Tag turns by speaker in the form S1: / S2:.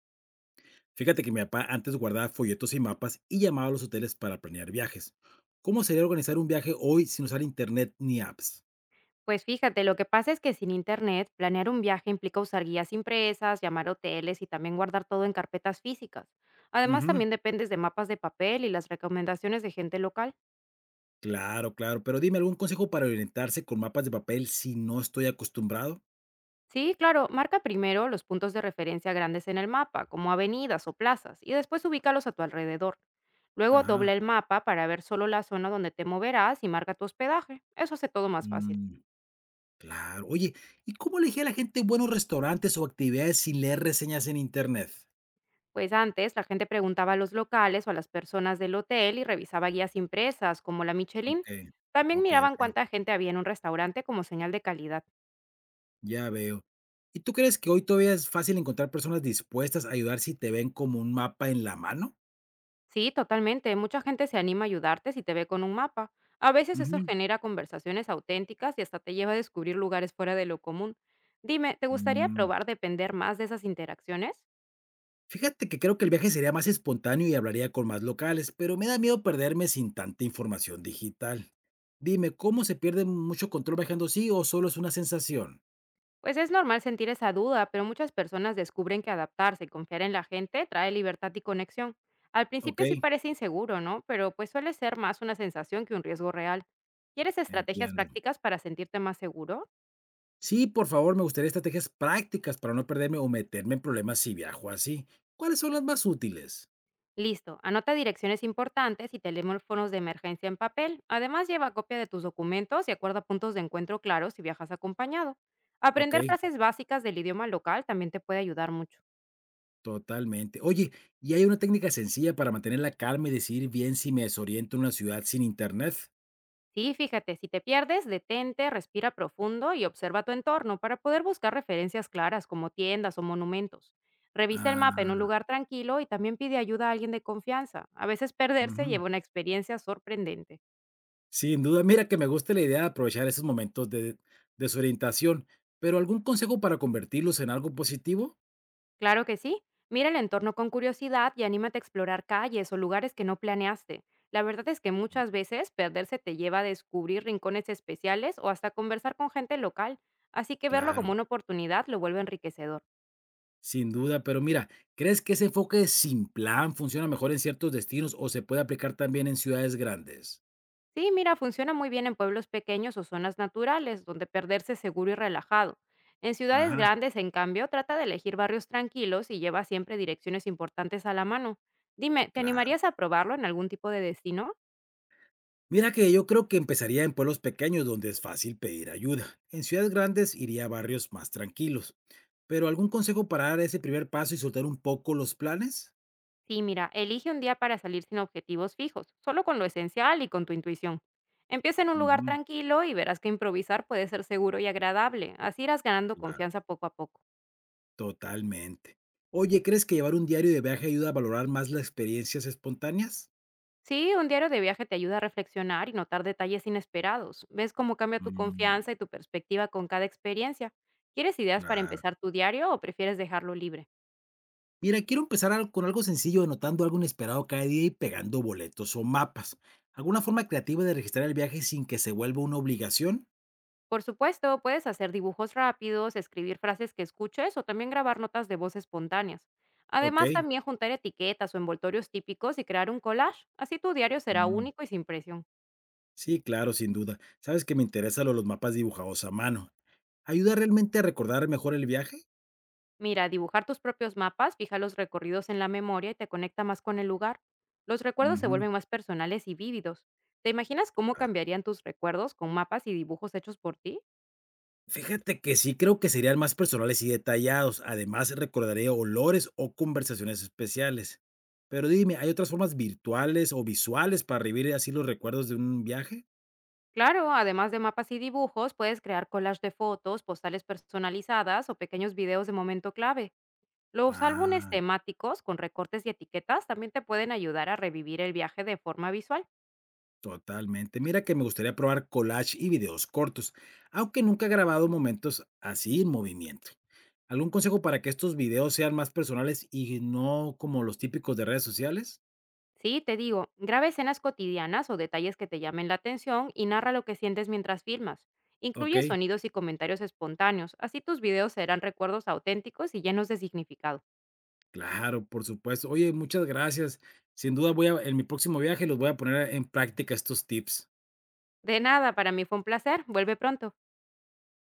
S1: Fíjate que mi papá antes guardaba folletos y mapas y llamaba a los hoteles para planear viajes. ¿Cómo sería organizar un viaje hoy sin usar internet ni apps?
S2: Pues fíjate, lo que pasa es que sin internet, planear un viaje implica usar guías impresas, llamar a hoteles y también guardar todo en carpetas físicas. Además,
S1: Ujú.
S2: también dependes de mapas de papel y las recomendaciones de gente local.
S1: Claro, claro, pero dime algún consejo para orientarse con mapas de papel si no estoy acostumbrado.
S2: Sí, claro, marca primero los puntos de referencia grandes en el mapa, como avenidas o plazas, y después ubícalos a tu alrededor. Luego
S1: Ajá.
S2: dobla el mapa para ver solo la zona donde te moverás y marca tu hospedaje. Eso hace todo más fácil.
S1: mm, claro. Oye, ¿y cómo elegir a la gente buenos restaurantes o actividades sin leer reseñas en internet?
S2: Pues antes la gente preguntaba a los locales o a las personas del hotel y revisaba guías impresas como la Michelin.
S1: Ok,
S2: También
S1: ok,
S2: miraban
S1: ok.
S2: cuánta gente había en un restaurante como señal de calidad.
S1: Ya veo. ¿Y tú crees que hoy todavía es fácil encontrar personas dispuestas a ayudar si te ven como un mapa en la mano?
S2: Sí, totalmente. Mucha gente se anima a ayudarte si te ve con un mapa. A veces eso
S1: Ujú.
S2: genera conversaciones auténticas y hasta te lleva a descubrir lugares fuera de lo común. Dime, ¿te gustaría
S1: Mm,
S2: probar depender más de esas interacciones?
S1: Fíjate que creo que el viaje sería más espontáneo y hablaría con más locales, pero me da miedo perderme sin tanta información digital. Dime, ¿cómo se pierde mucho control viajando así o solo es una sensación?
S2: Pues es normal sentir esa duda, pero muchas personas descubren que adaptarse y confiar en la gente trae libertad y conexión. Al
S1: Ok,
S2: principio sí parece inseguro, ¿no? Pero pues suele ser más una sensación que un riesgo real. ¿Quieres estrategias
S1: entiendo.
S2: prácticas para sentirte más seguro?
S1: Sí, por favor, me gustaría estrategias prácticas para no perderme o meterme en problemas si viajo así. ¿Cuáles son las más útiles?
S2: Listo, anota direcciones importantes y teléfonos de emergencia en papel. Además lleva copia de tus documentos y acuerda puntos de encuentro claros si viajas acompañado.
S1: Ok,
S2: Aprender frases básicas del idioma local también te puede ayudar mucho.
S1: totalmente. Oye, ¿y hay una técnica sencilla para mantener la calma y decidir bien si me desoriento en una ciudad sin internet?
S2: Sí, fíjate, si te pierdes, detente, respira profundo y observa tu entorno para poder buscar referencias claras como tiendas o monumentos. Revisa el mapa en un
S1: Ah,
S2: lugar tranquilo y también pide ayuda a alguien de confianza. A veces perderse
S1: ujú.
S2: lleva una experiencia sorprendente.
S1: Sin duda, mira que me gusta la idea de aprovechar esos momentos de desorientación, pero ¿algún consejo para convertirlos en algo positivo?
S2: Claro que sí. Mira el entorno con curiosidad y anímate a explorar calles o lugares que no planeaste. La verdad es que muchas veces perderse te lleva a descubrir rincones especiales o hasta conversar con gente local, así que verlo como
S1: Claro,
S2: una oportunidad lo vuelve enriquecedor.
S1: sin duda, pero mira, ¿crees que ese enfoque sin plan funciona mejor en ciertos destinos o se puede aplicar también en ciudades grandes?
S2: Sí, mira, funciona muy bien en pueblos pequeños o zonas naturales, donde perderse es seguro y relajado. En ciudades
S1: Ajá,
S2: grandes, en cambio, trata de elegir barrios tranquilos y lleva siempre direcciones importantes a la mano. Dime, ¿te
S1: claro.
S2: animarías a probarlo en algún tipo de destino?
S1: Mira que yo creo que empezaría en pueblos pequeños donde es fácil pedir ayuda. En ciudades grandes iría a barrios más tranquilos. Pero ¿algún consejo para dar ese primer paso y soltar un poco los planes?
S2: Sí, mira, elige un día para salir sin objetivos fijos, solo con lo esencial y con tu intuición. Empieza en un lugar
S1: Ujú,
S2: tranquilo y verás que improvisar puede ser seguro y agradable, así irás ganando
S1: claro.
S2: confianza poco a poco.
S1: Totalmente. Oye, ¿crees que llevar un diario de viaje ayuda a valorar más las experiencias espontáneas?
S2: Sí, un diario de viaje te ayuda a reflexionar y notar detalles inesperados. Ves cómo cambia tu
S1: Mm,
S2: confianza y tu perspectiva con cada experiencia. ¿Quieres ideas para
S1: claro.
S2: empezar tu diario o prefieres dejarlo libre?
S1: Mira, quiero empezar con algo sencillo, anotando algo inesperado cada día y pegando boletos o mapas. ¿Alguna forma creativa de registrar el viaje sin que se vuelva una obligación?
S2: Por supuesto, puedes hacer dibujos rápidos, escribir frases que escuches o también grabar notas de voz espontáneas.
S1: Ok.
S2: Además, también juntar etiquetas o envoltorios típicos y crear un collage. Así tu diario será
S1: Mm,
S2: único y sin presión.
S1: Sí, claro, sin duda. Sabes que me interesan los mapas dibujados a mano. ¿Ayuda realmente a recordar mejor el viaje?
S2: Mira, dibujar tus propios mapas fija los recorridos en la memoria y te conecta más con el lugar. Los recuerdos se
S1: Ujú.
S2: vuelven más personales y vívidos. ¿Te imaginas cómo cambiarían tus recuerdos con mapas y dibujos hechos por ti?
S1: Fíjate que sí creo que serían más personales y detallados. Además, recordaré olores o conversaciones especiales. Pero dime, ¿hay otras formas virtuales o visuales para revivir así los recuerdos de un viaje?
S2: Claro, además de mapas y dibujos, puedes crear collages de fotos, postales personalizadas o pequeños videos de momento clave. Los álbumes
S1: Ah,
S2: temáticos con recortes y etiquetas también te pueden ayudar a revivir el viaje de forma visual.
S1: totalmente. Mira que me gustaría probar collage y videos cortos, aunque nunca he grabado momentos así en movimiento. ¿Algún consejo para que estos videos sean más personales y no como los típicos de redes sociales?
S2: Sí, te digo, graba escenas cotidianas o detalles que te llamen la atención y narra lo que sientes mientras filmas.
S1: Ok.
S2: Incluye sonidos y comentarios espontáneos, así tus videos serán recuerdos auténticos y llenos de significado.
S1: Claro, por supuesto. Oye, muchas gracias. Sin duda voy a en mi próximo viaje los voy a poner en práctica estos tips.
S2: De nada, para mí fue un placer, vuelve pronto.